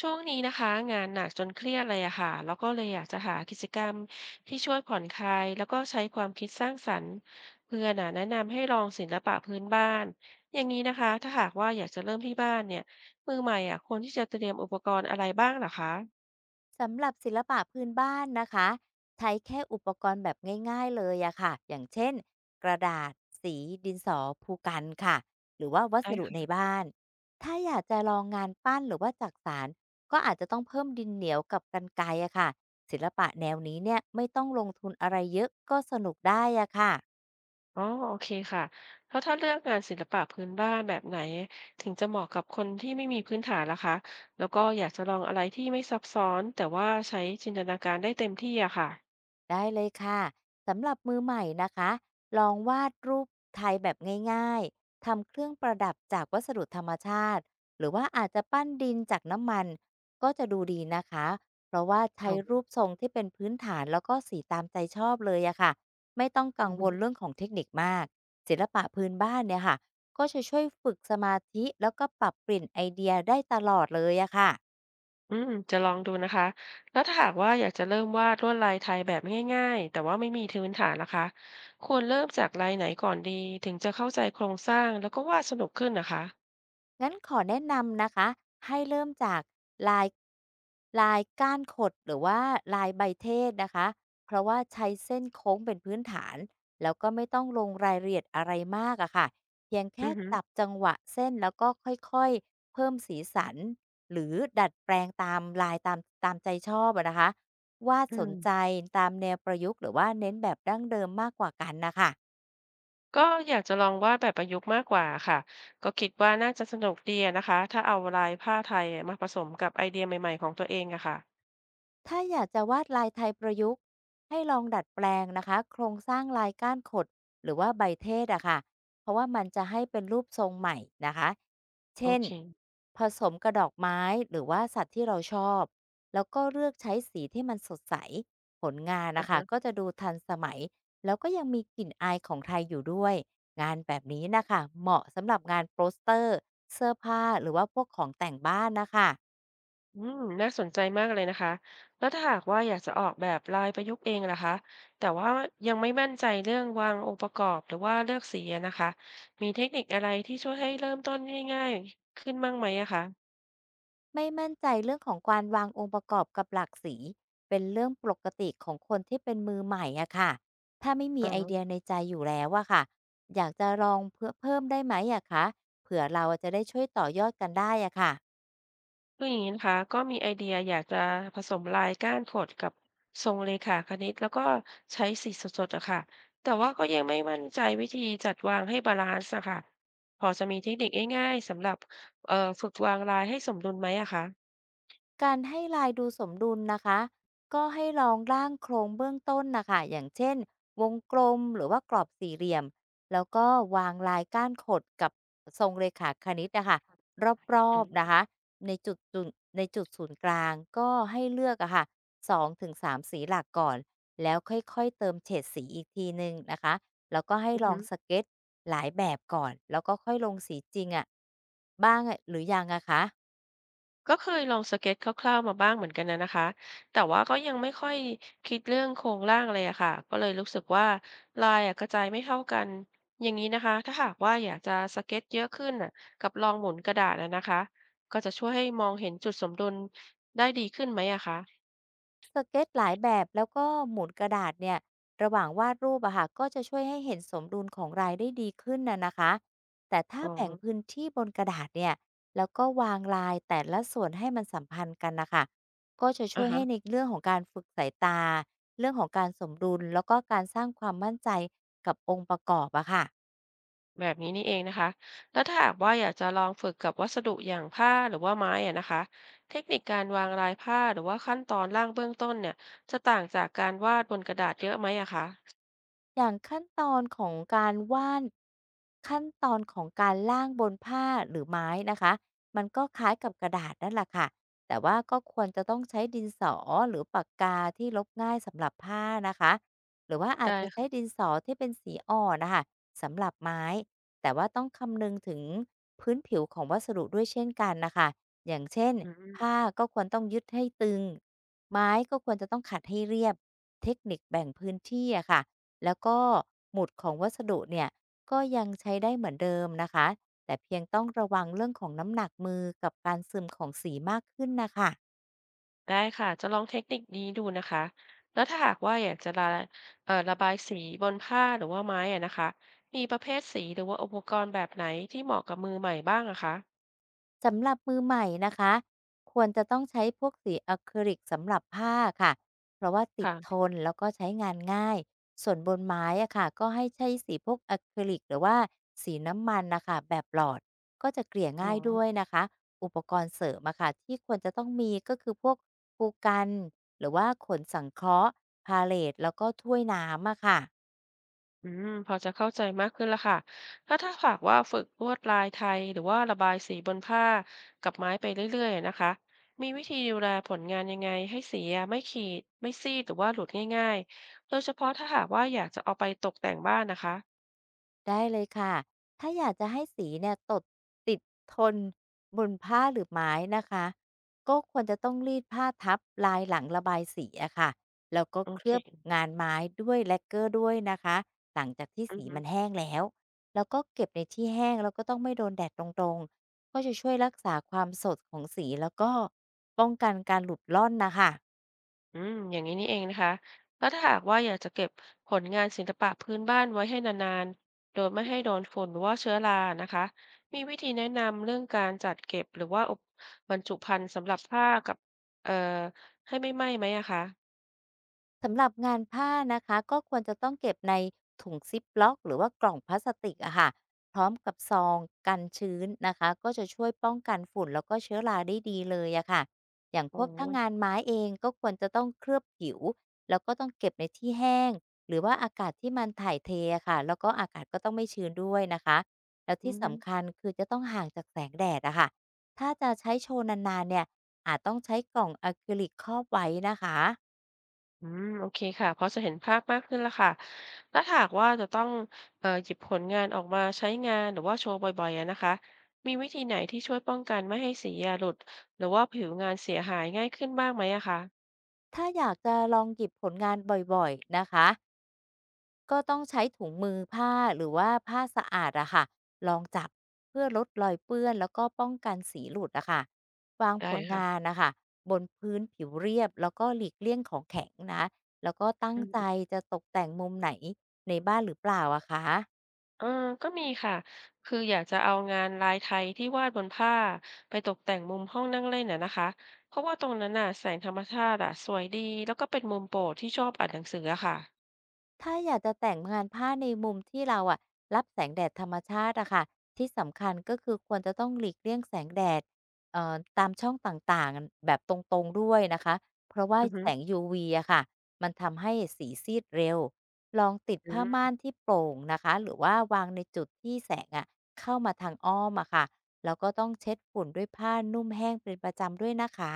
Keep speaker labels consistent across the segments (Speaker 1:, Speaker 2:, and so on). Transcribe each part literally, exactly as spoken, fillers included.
Speaker 1: ช่วงนี้นะคะงานหนักจนเครียดเลยอะค่ะแล้วก็เลยอยากจะหากิจกรรมที่ช่วยผ่อนคลายแล้วก็ใช้ความคิดสร้างสรรค์เพื่อนอะแนะนำให้ลองศิลปะพื้นบ้านอย่างนี้นะคะถ้าหากว่าอยากจะเริ่มที่บ้านเนี่ยมือใหม่อะควรที่จะเตรียมอุปกรณ์อะไรบ้างเหรอคะ
Speaker 2: สำหรับศิลปะพื้นบ้านนะคะใช้แค่อุปกรณ์แบบง่ายๆเลยอะค่ะอย่างเช่นกระดาษสีดินสอภูกันค่ะหรือว่าวัส
Speaker 1: ได้
Speaker 2: ดุใน
Speaker 1: ค่ะ
Speaker 2: บ้านถ้าอยากจะลองงานปั้นหรือว่าจักสานก็อาจจะต้องเพิ่มดินเหนียวกับกันไกรอะค่ะศิลปะแนวนี้เนี่ยไม่ต้องลงทุนอะไรเยอะก็สนุกได้อะค่ะ
Speaker 1: อ๋อโอเคค่ะแล้วถ้าเลือกงานศิลปะพื้นบ้านแบบไหนถึงจะเหมาะกับคนที่ไม่มีพื้นฐานล่ะคะแล้วก็อยากจะลองอะไรที่ไม่ซับซ้อนแต่ว่าใช้จินตนาการได้เต็มที่อะค่ะ
Speaker 2: ได้เลยค่ะสำหรับมือใหม่นะคะลองวาดรูปไทยแบบง่ายๆทำเครื่องประดับจากวัสดุธรรมชาติหรือว่าอาจจะปั้นดินจากน้ำมันก็จะดูดีนะคะเพราะว่า
Speaker 1: อ
Speaker 2: ใช้
Speaker 1: ๋
Speaker 2: รูปทรงที่เป็นพื้นฐานแล้วก็สีตามใจชอบเลยอะค่ะไม่ต้องกังวล
Speaker 1: อ
Speaker 2: เรื่องของเทคนิคมากศิลปะพื้นบ้านเนี่ยค่ะก็จะช่วยฝึกสมาธิแล้วก็ปรับเปลี่ยนไอเดียได้ตลอดเลยอะค่ะ
Speaker 1: อืมจะลองดูนะคะแล้วถ้าหากว่าอยากจะเริ่มวาดลวดลายไทยแบบง่ายๆแต่ว่าไม่มีพื้นฐานละคะควรเริ่มจากลายไหนก่อนดีถึงจะเข้าใจโครงสร้างแล้วก็วาดสนุกขึ้นนะคะ
Speaker 2: งั้นขอแนะนำนะคะให้เริ่มจากลายลายก้านขดหรือว่าลายใบเทศนะคะเพราะว่าใช้เส้นโค้งเป็นพื้นฐานแล้วก็ไม่ต้องลงรายละเอียดอะไรมากอะค่ะเพียง
Speaker 1: อื
Speaker 2: แค่
Speaker 1: อหือ
Speaker 2: จับจังหวะเส้นแล้วก็ค่อยๆเพิ่มสีสันหรือดัดแปลงตามลายตามตามใจชอบอะนะคะวาด
Speaker 1: อื
Speaker 2: สน
Speaker 1: ม
Speaker 2: ใจตามแนวประยุกต์หรือว่าเน้นแบบดั้งเดิมมากกว่ากันนะคะ
Speaker 1: ก็อยากจะลองวาดแบบประยุกต์มากกว่าค่ะก็คิดว่าน่าจะสนุกดีอะนะคะถ้าเอาลายผ้าไทยมาผสมกับไอเดียใหม่ๆของตัวเองอะค่ะ
Speaker 2: ถ้าอยากจะวาดลายไทยประยุกต์ให้ลองดัดแปลงนะคะโครงสร้างลายก้านขดหรือว่าใบเทศอะค่ะเพราะว่ามันจะให้เป็นรูปทรงใหม่นะคะ
Speaker 1: โอ
Speaker 2: เช่น
Speaker 1: เค
Speaker 2: ผสมกระดอกไม้หรือว่าสัตว์ที่เราชอบแล้วก็เลือกใช้สีที่มันสดใสผลงาน
Speaker 1: อ่ะ
Speaker 2: นะคะ
Speaker 1: ฮะ
Speaker 2: ก็จะดูทันสมัยแล้วก็ยังมีกลิ่นอายของไทยอยู่ด้วยงานแบบนี้นะคะเหมาะสำหรับงานโปสเตอร์เสื้อผ้าหรือว่าพวกของแต่งบ้านนะคะ
Speaker 1: อืมน่าสนใจมากเลยนะคะแล้วถ้าหากว่าอยากจะออกแบบลายประยุกต์เองล่ะคะแต่ว่ายังไม่มั่นใจเรื่องวางองค์ประกอบหรือว่าเลือกสีอะนะคะมีเทคนิคอะไรที่ช่วยให้เริ่มต้นง่ายๆขึ้นบ้างไหมอะคะ
Speaker 2: ไม่มั่นใจเรื่องของการวางองค์ประกอบกับหลากสีเป็นเรื่องปกติของคนที่เป็นมือใหม่อะค่ะถ้าไม่มี
Speaker 1: อ๋อ
Speaker 2: ไอเดียในใจอยู่แล้วอะค่ะอยากจะลองเพื่อเพิ่มได้ไหมอะคะเผื่อเราจะได้ช่วยต่อยอดกันได้อะค่ะ
Speaker 1: คืออย่างนี้นะคะก็มีไอเดียอยากจะผสมลายก้านขดกับทรงเรขาคณิตแล้วก็ใช้สีสดๆอะค่ะแต่ว่าก็ยังไม่มั่นใจวิธีจัดวางให้บาลานซ์อะค่ะพอจะมีเทคนิคง่ายๆสำหรับเอ่อฝึกวางลายให้สมดุลไหมอะคะ
Speaker 2: การให้ลายดูสมดุลนะคะก็ให้ลองร่างโครงเบื้องต้นนะคะอย่างเช่นวงกลมหรือว่ากรอบสี่เหลี่ยมแล้วก็วางลายก้านขดกับทรงเรขาคณิตนะคะรอ
Speaker 1: อื
Speaker 2: บๆ
Speaker 1: ม
Speaker 2: นะคะในจุดจุดในจุดศูนย์กลางก็ให้เลือกอะค่ะสองถึงสามสีหลักก่อนแล้วค่อยๆเติมเฉดสีอีกทีหนึ่งนะคะแล้วก็ให้
Speaker 1: อือ
Speaker 2: ลอ
Speaker 1: ฮึ
Speaker 2: งสเก็ตหลายแบบก่อนแล้วก็ค่อยลงสีจริงอะบ้างอะหรือยังอะคะ
Speaker 1: ก็เคยลองสเก็ตคร่าวๆมาบ้างเหมือนกันนะนะคะแต่ว่าก็ยังไม่ค่อยคิดเรื่องโครงร่างเลยอะค่ะก็เลยรู้สึกว่าลายอะกระจายไม่เท่ากันอย่างนี้นะคะถ้าหากว่าอยากจะสเก็ตเยอะขึ้นน่ะกับลองหมุนกระดาษอะนะคะก็จะช่วยให้มองเห็นจุดสมดุลได้ดีขึ้นไหมอะคะ
Speaker 2: สเก็ตหลายแบบแล้วก็หมุนกระดาษเนี่ยระหว่างวาดรูปอะค่ะก็จะช่วยให้เห็นสมดุลของรายได้ดีขึ้นน่ะนะคะแต่ถ้า
Speaker 1: อ๋อ
Speaker 2: แบ่งพื้นที่บนกระดาษเนี่ยแล้วก็วางลายแต่ละส่วนให้มันสัมพันธ์กันนะคะก็จะช่
Speaker 1: อะ
Speaker 2: วย
Speaker 1: ฮะ
Speaker 2: ให้ในเรื่องของการฝึกสายตาเรื่องของการสมดุลแล้วก็การสร้างความมั่นใจกับองค์ประกอบอะค่ะ
Speaker 1: แบบนี้นี่เองนะคะ แล้วถ้าหากว่าอยากจะลองฝึกกับวัสดุอย่างผ้าหรือว่าไม้อะนะคะ เทคนิคการวางลายผ้าหรือว่าขั้นตอนร่างเบื้องต้นเนี่ยจะต่างจากการวาดบนกระดาษเยอะไหมอะคะ
Speaker 2: อย่างขั้นตอนของการวาดขั้นตอนของการร่างบนผ้าหรือไม้นะคะมันก็คล้ายกับกระดาษนั่นแหละค่ะแต่ว่าก็ควรจะต้องใช้ดินสอหรือปากกาที่ลบง่ายสำหรับผ้านะคะหรือว่าอาจ
Speaker 1: ได้
Speaker 2: จะใช้
Speaker 1: ค่ะ
Speaker 2: ดินสอที่เป็นสีอ่อนนะคะสำหรับไม้แต่ว่าต้องคำนึงถึงพื้นผิวของวัสดุด้วยเช่นกันนะคะอย่างเช่น
Speaker 1: อืม
Speaker 2: ผ้าก็ควรต้องยึดให้ตึงไม้ก็ควรจะต้องขัดให้เรียบเทคนิคแบ่งพื้นที่อะค่ะ แล้วก็หมุดของวัสดุเนี่ยก็ยังใช้ได้เหมือนเดิมนะคะแต่เพียงต้องระวังเรื่องของน้ำหนักมือกับการซึมของสีมากขึ้นนะคะ
Speaker 1: ได้ค่ะจะลองเทคนิคนี้ดูนะคะแล้วถ้าหากว่าอยากจะระเอ่อระบายสีบนผ้าหรือว่าไม้อะนะคะมีประเภทสีหรือว่าอุปกรณ์แบบไหนที่เหมาะกับมือใหม่บ้างอะคะ
Speaker 2: สำหรับมือใหม่นะคะควรจะต้องใช้พวกสีอะคริลิกสำหรับผ้าค่ะเพราะว่าติดท
Speaker 1: ค่ะ
Speaker 2: นแล้วก็ใช้งานง่ายส่วนบนไม้อะค่ะก็ให้ใช้สีพวกอะคริลิกหรือว่าสีน้ำมันนะคะแบบหลอดก็จะเกลี่ย
Speaker 1: อ๋อ
Speaker 2: ง่ายด้วยนะคะอุปกรณ์เสริมอะค่ะที่ควรจะต้องมีก็คือพวกภูกันหรือว่าขนสังเคราะห์พาเลตแล้วก็ถ้วยน้ำอะค่ะ
Speaker 1: อืมพอจะเข้าใจมากขึ้นแล้วค่ะ ถ้าถ้าหากว่าฝึกลวดลายไทยหรือว่าระบายสีบนผ้ากับไม้ไปเรื่อยๆนะคะ มีวิธีดูแลผลงานยังไงให้สีอะไม่ขีดไม่ซีดหรือว่าหลุดง่ายๆโดยเฉพาะถ้าหากว่าอยากจะเอาไปตกแต่งบ้านนะคะ
Speaker 2: ได้เลยค่ะถ้าอยากจะให้สีเนี่ยตดติดทนบนผ้าหรือไม้นะคะก็ควรจะต้องรีดผ้าทับลายหลังระบายสีอะค่ะ แล้วก็
Speaker 1: โอ
Speaker 2: เค
Speaker 1: เค
Speaker 2: ลือบงานไม้ด้วยแลกเกอร์ด้วยนะคะหลังจากที่
Speaker 1: อือ
Speaker 2: สี
Speaker 1: ฮึ
Speaker 2: มันแห้งแล้ว แล้วก็เก็บในที่แห้งแล้วก็ต้องไม่โดนแดดตรงๆก็จะช่วยรักษาความสดของสีแล้วก็ป้องกันการหลุดร่อนนะคะ
Speaker 1: อืมอย่างนี้นี่เองนะคะแล้วถ้าหากว่าอยากจะเก็บผลงานศิลปะพื้นบ้านไว้ให้นานๆโดยไม่ให้โดนฝุ่นหรือว่าเชื้อรานะคะมีวิธีแนะนำเรื่องการจัดเก็บหรือว่าอบบรรจุภัณฑ์สำหรับผ้ากับเอ่อให้ไม่ไหม้ไหมอะคะ
Speaker 2: สำหรับงานผ้านะคะก็ควรจะต้องเก็บในถุงซิปล็อกหรือว่ากล่องพลาสติกอะค่ะพร้อมกับซองกันชื้นนะคะก็จะช่วยป้องกันฝุ่นแล้วก็เชื้อราได้ดีเลยอะค่ะอย่างพ
Speaker 1: อ๋อ
Speaker 2: วกถ้างานไม้เองก็ควรจะต้องเคลือบผิวแล้วก็ต้องเก็บในที่แห้งหรือว่าอากาศที่มันถ่ายเทอะค่ะแล้วก็อากาศก็ต้องไม่ชื้นด้วยนะคะแล้ว
Speaker 1: อื
Speaker 2: ที่
Speaker 1: อ
Speaker 2: สำคัญคือจะต้องห่างจากแสงแดดอะค่ะถ้าจะใช้โชว์นานๆเนี่ยอาจต้องใช้กล่องอะคริลิกครอบไว้นะคะ
Speaker 1: อืมโอเคค่ะพอจะเห็นภาพมากขึ้นแล้วค่ะถ้าหากว่าจะต้องเอ่อหยิบผลงานออกมาใช้งานหรือว่าโชว์บ่อยๆอะนะคะมีวิธีไหนที่ช่วยป้องกันไม่ให้สีอะหลุดหรือว่าผิวงานเสียหายง่ายขึ้นบ้างไหมอะคะ
Speaker 2: ถ้าอยากจะลองหยิบผลงานบ่อยๆนะคะก็ต้องใช้ถุงมือผ้าหรือว่าผ้าสะอาดอะค่ะลองจับเพื่อลดรอยเปื้อนแล้วก็ป้องกันสีหลุดอะค่ะวางผ
Speaker 1: ได้
Speaker 2: ลงา
Speaker 1: ค่ะ
Speaker 2: นนะคะบนพื้นผิวเรียบแล้วก็หลีกเลี่ยงของแข็งนะแล้วก็ตั้ง
Speaker 1: อื
Speaker 2: ใจ
Speaker 1: ม
Speaker 2: จะตกแต่งมุมไหนในบ้านหรือเปล่าอะคะ
Speaker 1: เออก็มีค่ะคืออยากจะเอางานลายไทยที่วาดบนผ้าไปตกแต่งมุมห้องนั่งเล่นอะนะคะเพราะว่าตรงนั้นน่ะแสงธรรมชาติอะสวยดีแล้วก็เป็นมุมโปรดที่ชอบอ่านหนังสืออะค่ะ
Speaker 2: ถ้าอยากจะแต่งงานผ้าในมุมที่เราอะรับแสงแดดธรรมชาติอะค่ะที่สำคัญก็คือควรจะต้องหลีกเลี่ยงแสงแดดเอ่อตามช่องต่างๆแบบตรงๆด้วยนะคะเพราะว่า
Speaker 1: อือฮึ
Speaker 2: แสง ยู วี อะค่ะมันทำให้สีซีดเร็วลองติด
Speaker 1: อื
Speaker 2: ผ้า
Speaker 1: ม
Speaker 2: ม่านที่โปร่งนะคะหรือว่าวางในจุดที่แสงอะเข้ามาทางอ้อมอะค่ะแล้วก็ต้องเช็ดฝุ่นด้วยผ้านุ่มแห้งเป็นประจำด้วยนะคะ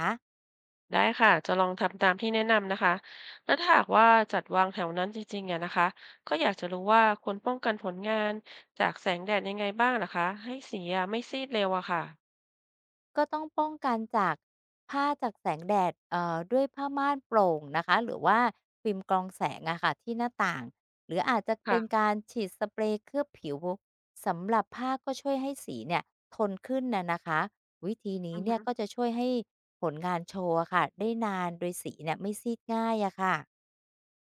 Speaker 1: ได้ค่ะจะลองทำตามที่แนะนำนะคะแล้วถ้าหากว่าจัดวางแถวนั้นจริงๆอะนะคะก็อยากจะรู้ว่าควรป้องกันผลงานจากแสงแดดยังไงบ้างนะคะให้สีอะไม่ซีดเร็วอะค่ะ
Speaker 2: ก็ต้องป้องกันจากผ้าจากแสงแดดเอ่อด้วยผ้าม่านโปร่งนะคะหรือว่าฟิล์มกรองแสงอะค่ะที่หน้าต่างหรืออาจจะ
Speaker 1: ค่ะ
Speaker 2: เป็นการฉีดสเปรย์เคลือบผิวสำหรับผ้าก็ช่วยให้สีเนี่ยทนขึ้นนะนะคะวิธีนี้
Speaker 1: อือ
Speaker 2: เนี่
Speaker 1: ฮึ
Speaker 2: ยก็จะช่วยให้ผลงานโชว์อะค่ะได้นานโดยสีเนี่ยไม่ซีดง่ายอะค่ะ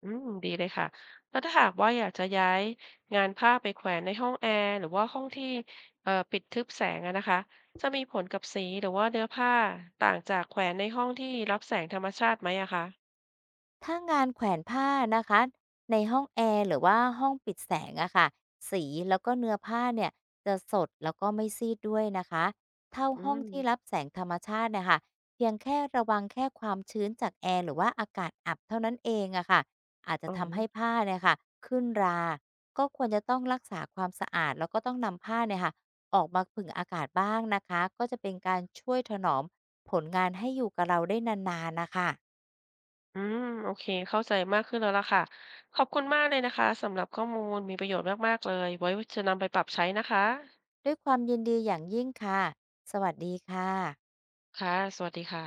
Speaker 1: อืมดีเลยค่ะแล้วถ้าหากว่าอยากจะย้ายงานผ้าไปแขวนในห้องแอร์หรือว่าห้องที่เอ่อปิดทึบแสงอะนะคะจะมีผลกับสีหรือว่าเนื้อผ้าต่างจากแขวนในห้องที่รับแสงธรรมชาติไหมอะคะ
Speaker 2: ถ้างานแขวนผ้านะคะในห้องแอร์หรือว่าห้องปิดแสงอะค่ะสีแล้วก็เนื้อผ้าเนี่ยจะสดแล้วก็ไม่ซีดด้วยนะคะเท่า
Speaker 1: อื
Speaker 2: ห้อง
Speaker 1: ม
Speaker 2: ที่รับแสงธรรมชาตินะคะเพียงแค่ระวังแค่ความชื้นจากแอร์หรือว่าอากาศอับเท่านั้นเองอะค่ะอาจจะ
Speaker 1: อ๋อ
Speaker 2: ทำให้ผ้าเนี่ยค่ะขึ้นราก็ควรจะต้องรักษาความสะอาดแล้วก็ต้องนำผ้าเนี่ยค่ะออกมาผึ่งอากาศบ้างนะคะก็จะเป็นการช่วยถนอมผลงานให้อยู่กับเราได้นานๆนะคะ
Speaker 1: อืมโอเคเข้าใจมากขึ้นแล้วล่ะค่ะขอบคุณมากเลยนะคะสำหรับข้อมูลมีประโยชน์มากๆเลยไว้จะนำไปปรับใช้นะคะ
Speaker 2: ด้วยความยินดีอย่างยิ่งค่ะ สวัสดีค่ะ
Speaker 1: ค่ะสวัสดีค่ะ